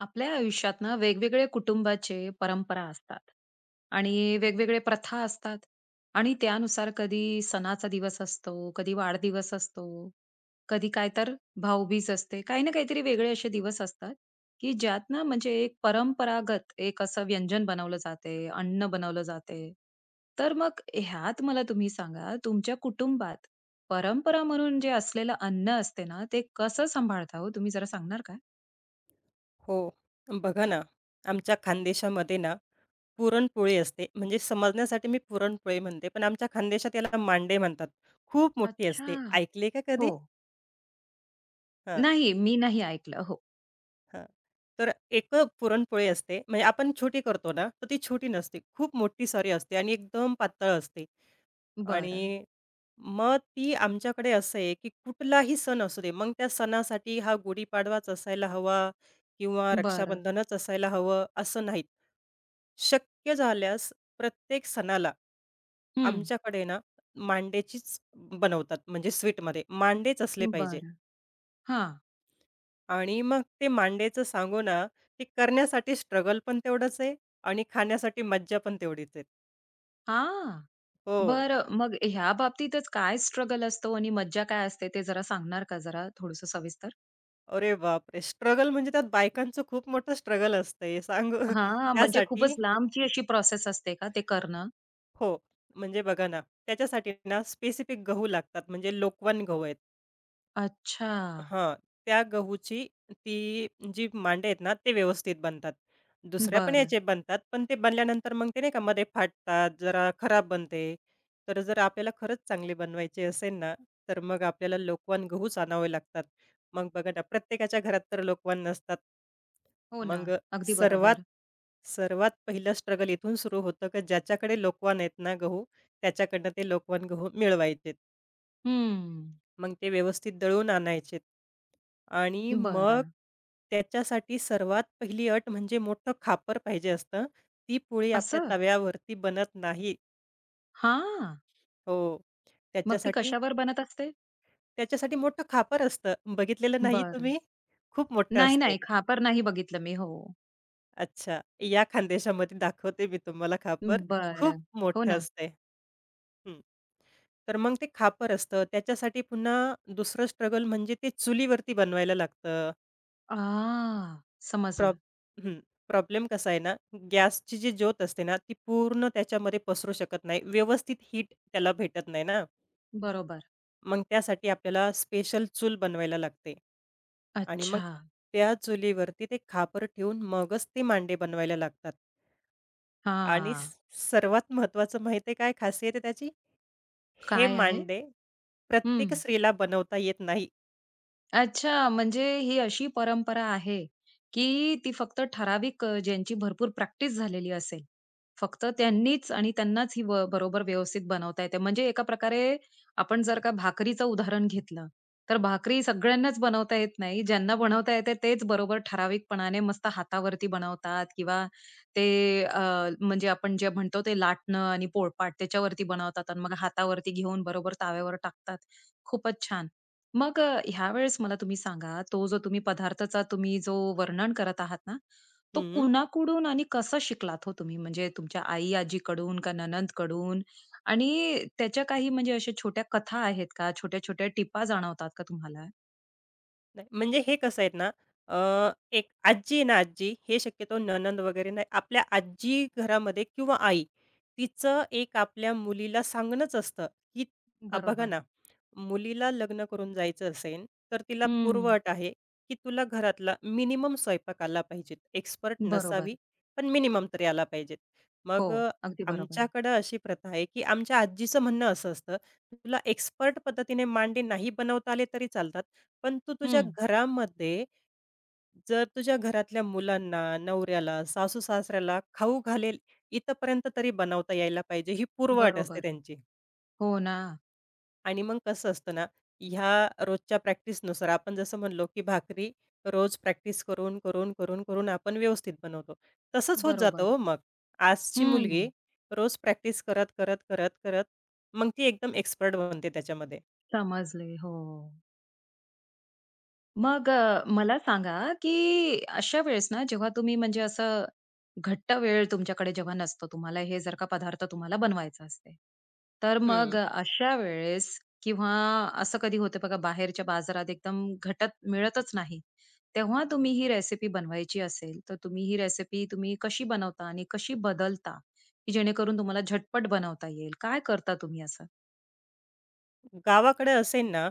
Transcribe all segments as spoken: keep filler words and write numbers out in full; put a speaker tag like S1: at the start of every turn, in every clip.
S1: आपल्या आयुष्यात ना वेगवेगळे कुटुंबाचे परंपरा असतात आणि वेगवेगळे प्रथा असतात. आणि त्यानुसार कधी सणाचा दिवस असतो, कधी वाढदिवस असतो, कधी काय तर भाऊबीज असते. काही ना काहीतरी वेगळे असे दिवस असतात, की ज्यात ना म्हणजे एक परंपरागत एक असं व्यंजन बनवलं जाते, अन्न बनवलं जाते. तर मग ह्यात मला तुम्ही सांगा, तुमच्या कुटुंबात परंपरा म्हणून जे असलेलं अन्न असते ना, ते कसं सांभाळता हो तुम्ही? जरा सांगणार का?
S2: हो. बघा ना, आमच्या खानदेशामध्ये ना, पुरणपोळी असते. म्हणजे समजण्यासाठी मी पुरणपोळी म्हणते, पण आमच्या खानदेशात याला मांडे म्हणतात. खूप मोठी
S1: अच्छा.
S2: असते. ऐकले का
S1: हो.
S2: कधी? हां,
S1: नाही, मी नाही ऐकलं. हो.
S2: हां. तर एक पुरणपोळी असते. म्हणजे आपण छोटी करतो ना, तर ती छोटी नसते. खूप मोठी, सॉरी असते आणि एकदम पातळ असते.
S1: बरं,
S2: आणि मग ती आमच्याकडे असं आहे, की कुठलाही सण असू दे, मग त्या सणासाठी हा गुढीपाडवाच असायला हवा किंवा
S1: बरं.
S2: रक्षाबंधनच असायला हवं, असं नाहीत. शक्य झाल्यास प्रत्येक सणाला
S1: हं.
S2: आमच्याकडे ना मांडेचीच बनवतात, म्हणजे स्वीटमध्ये मांडेच असले पाहिजे
S1: बरं. हां.
S2: आणि मग ते मांडेचं सांगू ना, ते करण्यासाठी स्ट्रगल पण तेवढंच आहे आणि खाण्यासाठी मज्जा पण तेवढीच आहे.
S1: हां.
S2: हो.
S1: बरं. मग ह्या बाबतीतच काय स्ट्रगल असतो आणि मज्जा काय असते ते जरा सांगणार का जरा थोडंसं सविस्तर?
S2: अरे बापरे! स्ट्रगल म्हणजे त्यात बायकांचं खूप मोठं स्ट्रगल असतं हे सांगू
S1: हां, म्हणजे
S2: त्यासाठी
S1: खूपच लांबची अशी प्रोसेस असते का ते करणं?
S2: हो, म्हणजे बघा ना, त्याच्यासाठी ना स्पेसिफिक गहू लागतात म्हणजे लोकवन गहू आहेत.
S1: अच्छा.
S2: हां, त्या गहूची ती जी मांडे आहेत ना, ते व्यवस्थित बनतात. दुसऱ्या पण
S1: बरं.
S2: याचे बनतात, पण ते बनल्यानंतर मग ते नाही का मध्ये फाटतात, जरा खराब बनते. तर जर आपल्याला खरंच चांगले बनवायचे असेल ना, तर मग आपल्याला लोकवन गहूच आणावे लागतात. मग बघा ना, प्रत्येकाच्या घरात तर लोकवन नसतात.
S1: हो ना.
S2: मग
S1: अगदी
S2: सर्वात
S1: बरोबर.
S2: सर्वात पहिलं स्ट्रगल इथून सुरू होतं, की ज्याच्याकडे लोकवन आहेत ना गहू, त्याच्याकडनं ते लोकवन गहू मिळवायचेत.
S1: हं.
S2: मग ते व्यवस्थित दळून आणायचेत आणि मग
S1: बरं.
S2: त्याच्यासाठी सर्वात पहिली अट म्हणजे मोठं खापर पाहिजे असतं. ती पोळी आपल्या
S1: असं?
S2: तव्यावरती बनत नाही.
S1: हां.
S2: हो.
S1: मग ती
S2: त्याच्यासाठी
S1: कशावर बनत असते?
S2: त्याच्यासाठी मोठं खापर असतं. बघितलेलं नाही
S1: बरं.
S2: तुम्ही? खूप मोठं
S1: नाही,
S2: असते.
S1: नाही. खापर नाही बघितलं मी. हो.
S2: अच्छा. या खानदेशामध्ये दाखवते मी तुम्हाला खापर. खूप
S1: बरं. हो
S2: मोठं
S1: ना.
S2: असते. हं. तर मग ते खापर असतं. त्याच्यासाठी पुन्हा दुसरं स्ट्रगल म्हणजे ते चुलीवरती बनवायला लागतं.
S1: आ, समजलं.
S2: प्रॉब हं. प्रॉब्लेम कसा आहे ना, गॅसची जी ज्योत असते ना, ती पूर्ण त्याच्यामध्ये पसरू शकत नाही. व्यवस्थित हीट त्याला भेटत नाही ना.
S1: बरोबर.
S2: मग त्यासाठी आपल्याला स्पेशल चूल बनवायला लागते आणि मग
S1: अच्छा.
S2: त्या चुलीवरती ते खापर ठेवून मगच ते मांडे बनवायला लागतात आणि स
S1: हां.
S2: सर्वात महत्त्वाचं माहिती आहे काय खासियत आहे त्याची? हे
S1: काय आहे?
S2: मांडे
S1: हं.
S2: प्रत्येक स्त्रीला बनवता येत नाही.
S1: अच्छा, म्हणजे ही अशी परंपरा आहे, की ती फक्त ठराविक अ, ज्यांची भरपूर प्रॅक्टिस झालेली असेल, फक्त त्यांनीच आणि त्यांनाच ही ब बरोबर व्यवस्थित बनवता येते. म्हणजे एका प्रकारे आपण जर का भाकरीचं उदाहरण घेतलं, तर भाकरी सगळ्यांनाच बनवता येत नाही. ज्यांना बनवता येते तेच बरोबर ठराविकपणाने मस्त हातावरती बनवतात किंवा ते अ, म्हणजे आपण जे म्हणतो ते लाटणं आणि पोळपाट त्याच्यावरती बनवतात आणि मग हातावरती घेऊन बरोबर तव्यावर टाकतात. खूपच छान. मग अ, ह्यावेळेस मला तुम्ही सांगा, तो जो तुम्ही पदार्थाचा तुम्ही जो वर्णन करत आहात ना, तो कुणाकडून आणि कसं शिकलात हो तुम्ही? म्हणजे तुमच्या आई-आजीकडून का नणंदकडून? आणि त्याच्या काही म्हणजे अशा छोट्या कथा आहेत का? छोट्या-छोट्या टिपा जाणवतात का तुम्हाला?
S2: नाही, म्हणजे हे कसं आहे ना, अ, एक आजी आहे ना आजी, हे शक्यतो नणंद वगैरे नाही. आपल्या आजी घरामध्ये किंवा आई, तिचं एक आपल्या मुलीला सांगणंच असतं, की अ, बघा
S1: बरोबर.
S2: ना, मुलीला लग्न करून जायचं असेल, तर तिला पूर्व
S1: हं.
S2: अट आहे, की तुला घरातला मिनिमम स्वयंपाक आला पाहिजे. एक्सपर्ट
S1: बरोबर.
S2: नसावी, पण मिनिमम तरी आला पाहिजे.
S1: हो,
S2: मग अ,
S1: अगदी बरोबर.
S2: आमच्याकडं अशी प्रथा आहे, की आमच्या आजीचं म्हणणं असं असतं, तुला एक्सपर्ट पद्धतीने मांडे नाही बनवता आले तरी चालतात. पण तू तुझ्या
S1: हं.
S2: घरामध्ये, जर तुझ्या घरातल्या मुलांना, नवऱ्याला, सासू-सासऱ्याला खाऊ घालेल इथपर्यंत तरी बनवता यायला पाहिजे, ही पूर्व अट असते
S1: बरोबर.
S2: त्यांची.
S1: हो ना.
S2: आणि मग कसं असतं ना, ह्या रोजच्या प्रॅक्टिसनुसार आपण जसं म्हणलो, की भाकरी रोज प्रॅक्टिस करून, करून, करून, करून आपण व्यवस्थित बनवतो. तसंच होत जातं
S1: बरोबर.
S2: हो मग. आजची मुलगी
S1: हं.
S2: रोज प्रॅक्टिस करत, करत, करत, करत, मग ती एकदम एक्सपर्ट बनते त्याच्यामध्ये.
S1: समजले. हो. मग अ, मला सांगा, की अशा वेळेस ना, जेव्हा तुम्ही म्हणजे असं घट्ट वेळ तुमच्याकडे जेव्हा नसतो, तुम्हाला हे जर का पदार्थ तुम्हाला बनवायचा असते. तर मग
S2: हं.
S1: अ, अशा वेळेस किंवा असं कधी होतं बघा बाहेरच्या बाजारात एकदम घटत मिळतच नाही. तेव्हा तुम्ही ही रेसिपी बनवायची असेल, तर तुम्ही ही रेसिपी तुम्ही कशी बनवता आणि कशी बदलता, की जेणेकरून तुम्हाला झटपट बनवता येईल? काय करता तुम्ही असं?
S2: गावाकडे असेल ना,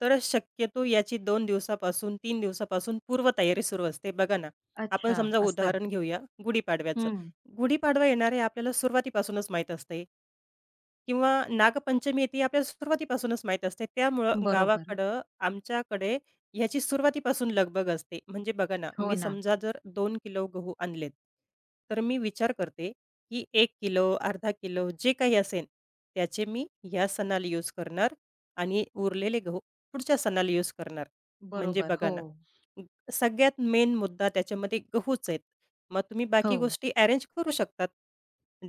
S2: तर शक्यतो याची दोन दिवसापासून तीन दिवसापासून पूर्वतयारी सुरू असते. बघा ना, आपण
S1: अच्छा,
S2: समजा
S1: असं.
S2: उदाहरण घेऊया गुढीपाडव्याचं.
S1: हं.
S2: गुढीपाडवा येणार आहे आपल्याला सुरुवातीपासूनच माहीत असते. किंवा नागपंचमी येते, आपल्याला सुरुवातीपासूनच माहीत असते. त्यामुळं
S1: बरोबर.
S2: गावाकडं आमच्याकडे ह्याची सुरुवातीपासून लगबग असते. म्हणजे बघा ना,
S1: हो
S2: मी
S1: ना.
S2: समजा जर दोन किलो गहू आणलेत, तर मी विचार करते, की एक किलो, अर्धा किलो जे काही असेल, त्याचे मी या सणाला यूज करणार आणि उरलेले गहू पुढच्या सणाला यूज करणार. म्हणजे
S1: बरोबर.
S2: बघा
S1: हो.
S2: ना, ग- सगळ्यात मेन मुद्दा त्याच्यामध्ये गहूच आहेत. मग तुम्ही बाकी
S1: हो.
S2: गोष्टी अरेंज करू शकतात.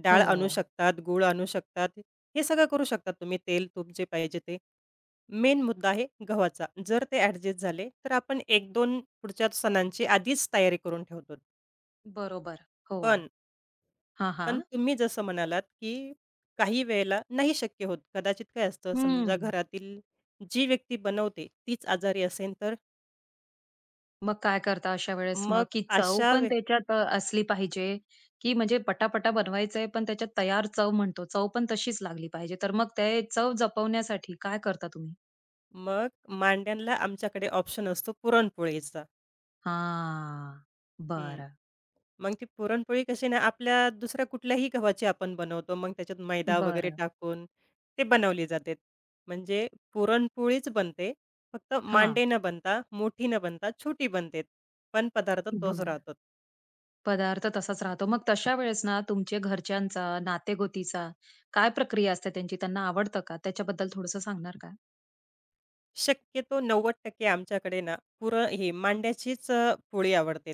S2: डाळ आणू
S1: हो.
S2: शकतात, गूळ आणू शकतात. हे सगळं करू शकता तुम्ही तेल, तूप जे पाहिजे ते. मेन मुद्दा आहे गव्हाचा. जर ते ॲडजस्ट झाले, तर आपण एक दोन पुढच्या सणांची आधीच तयारी करून ठेवतो.
S1: बरोबर. हो.
S2: पण,
S1: हां,
S2: पण
S1: हां.
S2: तुम्ही जसं म्हणालात, की काही वेळेला नाही शक्य होत. कदाचित काय असतं समजा
S1: हं.
S2: घरातील जी व्यक्ती बनवते तीच आजारी असेल तर?
S1: मग काय करता अशा वेळेस मग?
S2: मग
S1: की चव
S2: अशा
S1: पण
S2: वे
S1: त्याच्यात अ, असली पाहिजे, की म्हणजे पटापटा बनवायचंय पण त्याच्यात तयार चव म्हणतो, चव पण तशीच लागली पाहिजे. तर मग ते चव जपवण्यासाठी काय करता तुम्ही?
S2: मग मांड्यांला आमच्याकडे ऑप्शन असतो पुरणपोळीचा.
S1: हां.
S2: हं.
S1: बरं,
S2: मग ती पुरणपोळी कशी ना, आपल्या दुसऱ्या कुठल्याही गव्हाची आपण बनवतो. मग त्याच्यात मैदा वगैरे
S1: बरं.
S2: टाकून ते बनवली जाते. म्हणजे पुरणपोळीच बनते. फक्त
S1: हां.
S2: मांडे न बनता, मोठी न बनता छोटी बनते. पण पदार्थ तोच
S1: बरं.
S2: राहतो.
S1: पदार्थ तसाच राहतो. मग तशा वेळेस ना तुमच्या घरच्यांचा, नातेगोतीचा काय प्रक्रिया असते त्यांची? त्यांना आवडतं का? त्याच्याबद्दल थोडंसं सांगणार का?
S2: शक्यतो नव्वद टक्के आमच्याकडे ना पुर हे मांड्याचीच अ, पोळी आवडते.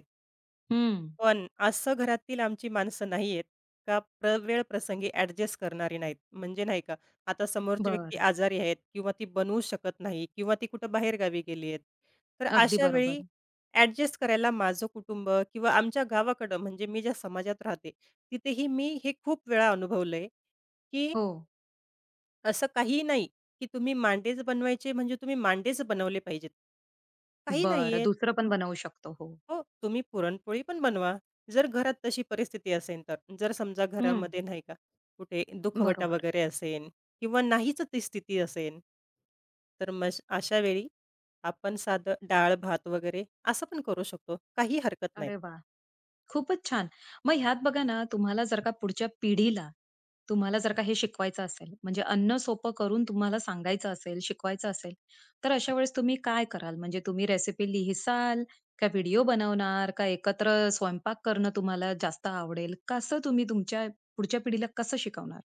S1: हं.
S2: पण असं घरातील आमची माणसं नाहीयेत, का प्र वेळप्रसंगी ॲडजस्ट करणारी नाहीत. म्हणजे नाही का, आता समोरची व्यक्ती
S1: बरं.
S2: आजारी आहेत किंवा ती बनवू शकत नाही किंवा ती कुठं बाहेरगावी गेली आहेत. तर
S1: अगदी
S2: अशा
S1: बरोबर.
S2: वेळी ॲडजस्ट करायला माझं कुटुंब किंवा आमच्या गावाकडं म्हणजे मी ज्या समाजात राहते, तिथेही मी हे खूप वेळा अनुभवलंय, की
S1: हो.
S2: असं काहीही नाही, की तुम्ही मांडेच बनवायचे म्हणजे तुम्ही मांडेच बनवले पाहिजेत. काही
S1: बरं.
S2: नाहीयेत.
S1: दुसरं पण बनवू शकतो. हो.
S2: हो, तुम्ही पुरणपोळी पण बनवा. जर घरात तशी परिस्थिती असेल तर. जर समजा
S1: हं.
S2: घरामध्ये नाही का, कुठे दुखवटा
S1: बरोबर.
S2: वगैरे असेल किंवा नाहीच ती स्थिती असेल, तर मग अशा वेळी आपण साधं डाळ-भात वगैरे असं पण करू शकतो. काही हरकत नाही.
S1: अरे वाह! खूपच छान. मग ह्यात बघा ना, तुम्हाला जर का पुढच्या पिढीला, तुम्हाला जर का हे शिकवायचं असेल, म्हणजे अन्न सोपं करून तुम्हाला सांगायचं असेल, शिकवायचं असेल, तर अशा वेळेस तुम्ही काय कराल? म्हणजे तुम्ही रेसिपी लिहिसाल, का व्हिडिओ बनवणार, का एकत्र स्वयंपाक करणं तुम्हाला जास्त आवडेल? कसं तुम्ही तुमच्या पुढच्या पिढीला कसं शिकवणार?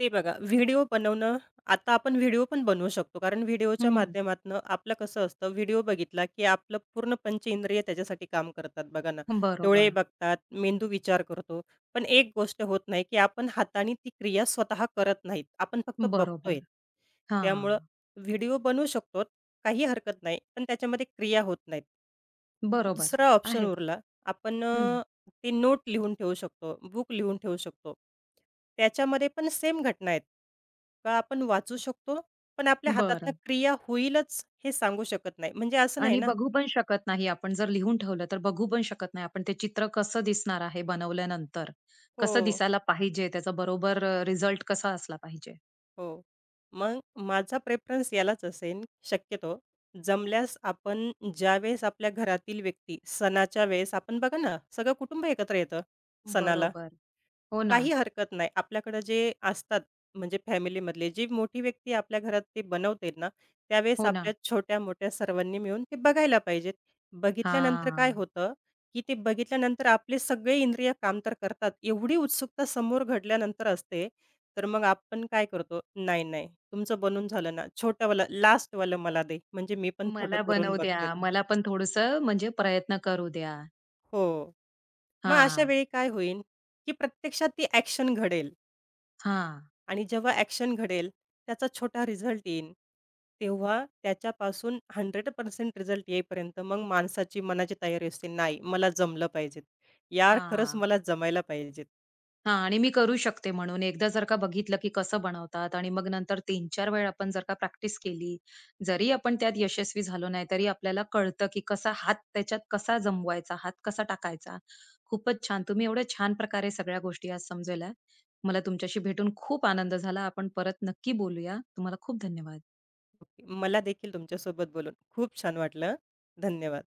S2: ते बघा, व्हिडिओ बनवणं आता आपण व्हिडिओ पण बनवू शकतो. कारण व्हिडिओच्या
S1: हं.
S2: माध्यमातनं आपलं कसं असतं, व्हिडिओ बघितला की आपलं पूर्ण पंचेंद्रिय त्याच्यासाठी काम करतात बघा ना. डोळे
S1: बरोबर,
S2: बघतात, मेंदू विचार करतो. पण एक गोष्ट होत नाही की आपण हाताने ती क्रिया स्वतः करत नाहीत. आपण फक्त
S1: बरोबर.
S2: बघतोय. त्यामुळं
S1: हां,
S2: व्हिडिओ बनवू शकतो, काही हरकत नाही. पण त्याच्यामध्ये क्रिया होत नाहीत.
S1: बरोबर
S2: दुसरा ऑप्शन
S1: आहे.
S2: उरला. आपण
S1: हं,
S2: अ, ते नोट लिहून ठेवू शकतो, बुक लिहून ठेवू शकतो. त्याच्यामध्ये पण सेम घटना आहेत. का आपण वाचू शकतो, पण आपल्या हातातनं
S1: बरं.
S2: क्रिया होईलच हे सांगू शकत नाही. म्हणजे असं नाही
S1: आणि
S2: ना
S1: बघू पण शकत नाही आपण, जर लिहून ठेवलं तर बघू पण शकत नाही आपण. ते चित्र कसं दिसणार आहे बनवल्यानंतर, कसं
S2: हो,
S1: दिसायला पाहिजे, त्याचा बरोबर अ, रिझल्ट कसा असला पाहिजे.
S2: हो. मग माझा प्रेफरन्स यालाच असेल शक्यतो. जमल्यास आपण ज्यावेळेस आपल्या घरातील व्यक्ती सणाच्या वेळेस आपण बघा ना, सगळं कुटुंब एकत्र येतं सणाला.
S1: बरोबर. हो ना,
S2: काही हरकत नाही. आपल्याकडं जे असतात म्हणजे फॅमिलीमधले, जी मोठी व्यक्ती आपल्या घरात ते बनवते ना, त्यावेळेस
S1: हो ना.
S2: आपल्या छोट्या-मोठ्या सर्वांनी मिळून ते बघायला पाहिजेत. बघितल्यानंतर काय
S1: हां.
S2: होतं, की ते बघितल्यानंतर आपले सगळे इंद्रिय काम तर करतात. एवढी उत्सुकता समोर घडल्यानंतर असते, तर मग आपण काय करतो, "नाही, नाही, तुमचं बनून झालं ना, छोटंवालं, लास्टवालं मला दे, म्हणजे मी पण थोडं
S1: मला
S2: करून
S1: बनवू द्या.
S2: बघते."
S1: मला पण थोडंसं म्हणजे प्रयत्न करू द्या.
S2: हो. मग अशा
S1: हां,
S2: वेळी काय होईल, की प्रत्यक्षात ती ॲक्शन घडेल.
S1: हां,
S2: आणि जेव्हा ॲक्शन घडेल, त्याचा छोटा रिझल्ट येईन, तेव्हा त्याच्यापासून शंभर टक्के रिझल्ट येईपर्यंत मग माणसाची मनाची तयारी असते, "नाही, मला जमलं पाहिजे. यार, खरंच
S1: हां.
S2: मला जमायला पाहिजे."
S1: हां आणि मी करू शकते म्हणून. एकदा जर का बघितलं, की कसं बनवतात आणि मग नंतर तीन-चार वेळा आपण जर का प्रॅक्टिस केली, जरी आपण त्यात यशस्वी झालो नाही, तरी आपल्याला कळतं, की कसा हात त्याच्यात कसा जमवायचा, हात कसा टाकायचा. खूपच छान. तुम्ही एवढ्या छान प्रकारे सगळ्या गोष्टी आज समजवल्या. मला तुमच्याशी भेटून खूप आनंद झाला. आपण परत नक्की बोलूया. तुम्हाला खूप धन्यवाद.
S2: मला देखील तुमच्यासोबत बोलून खूप छान वाटलं. धन्यवाद.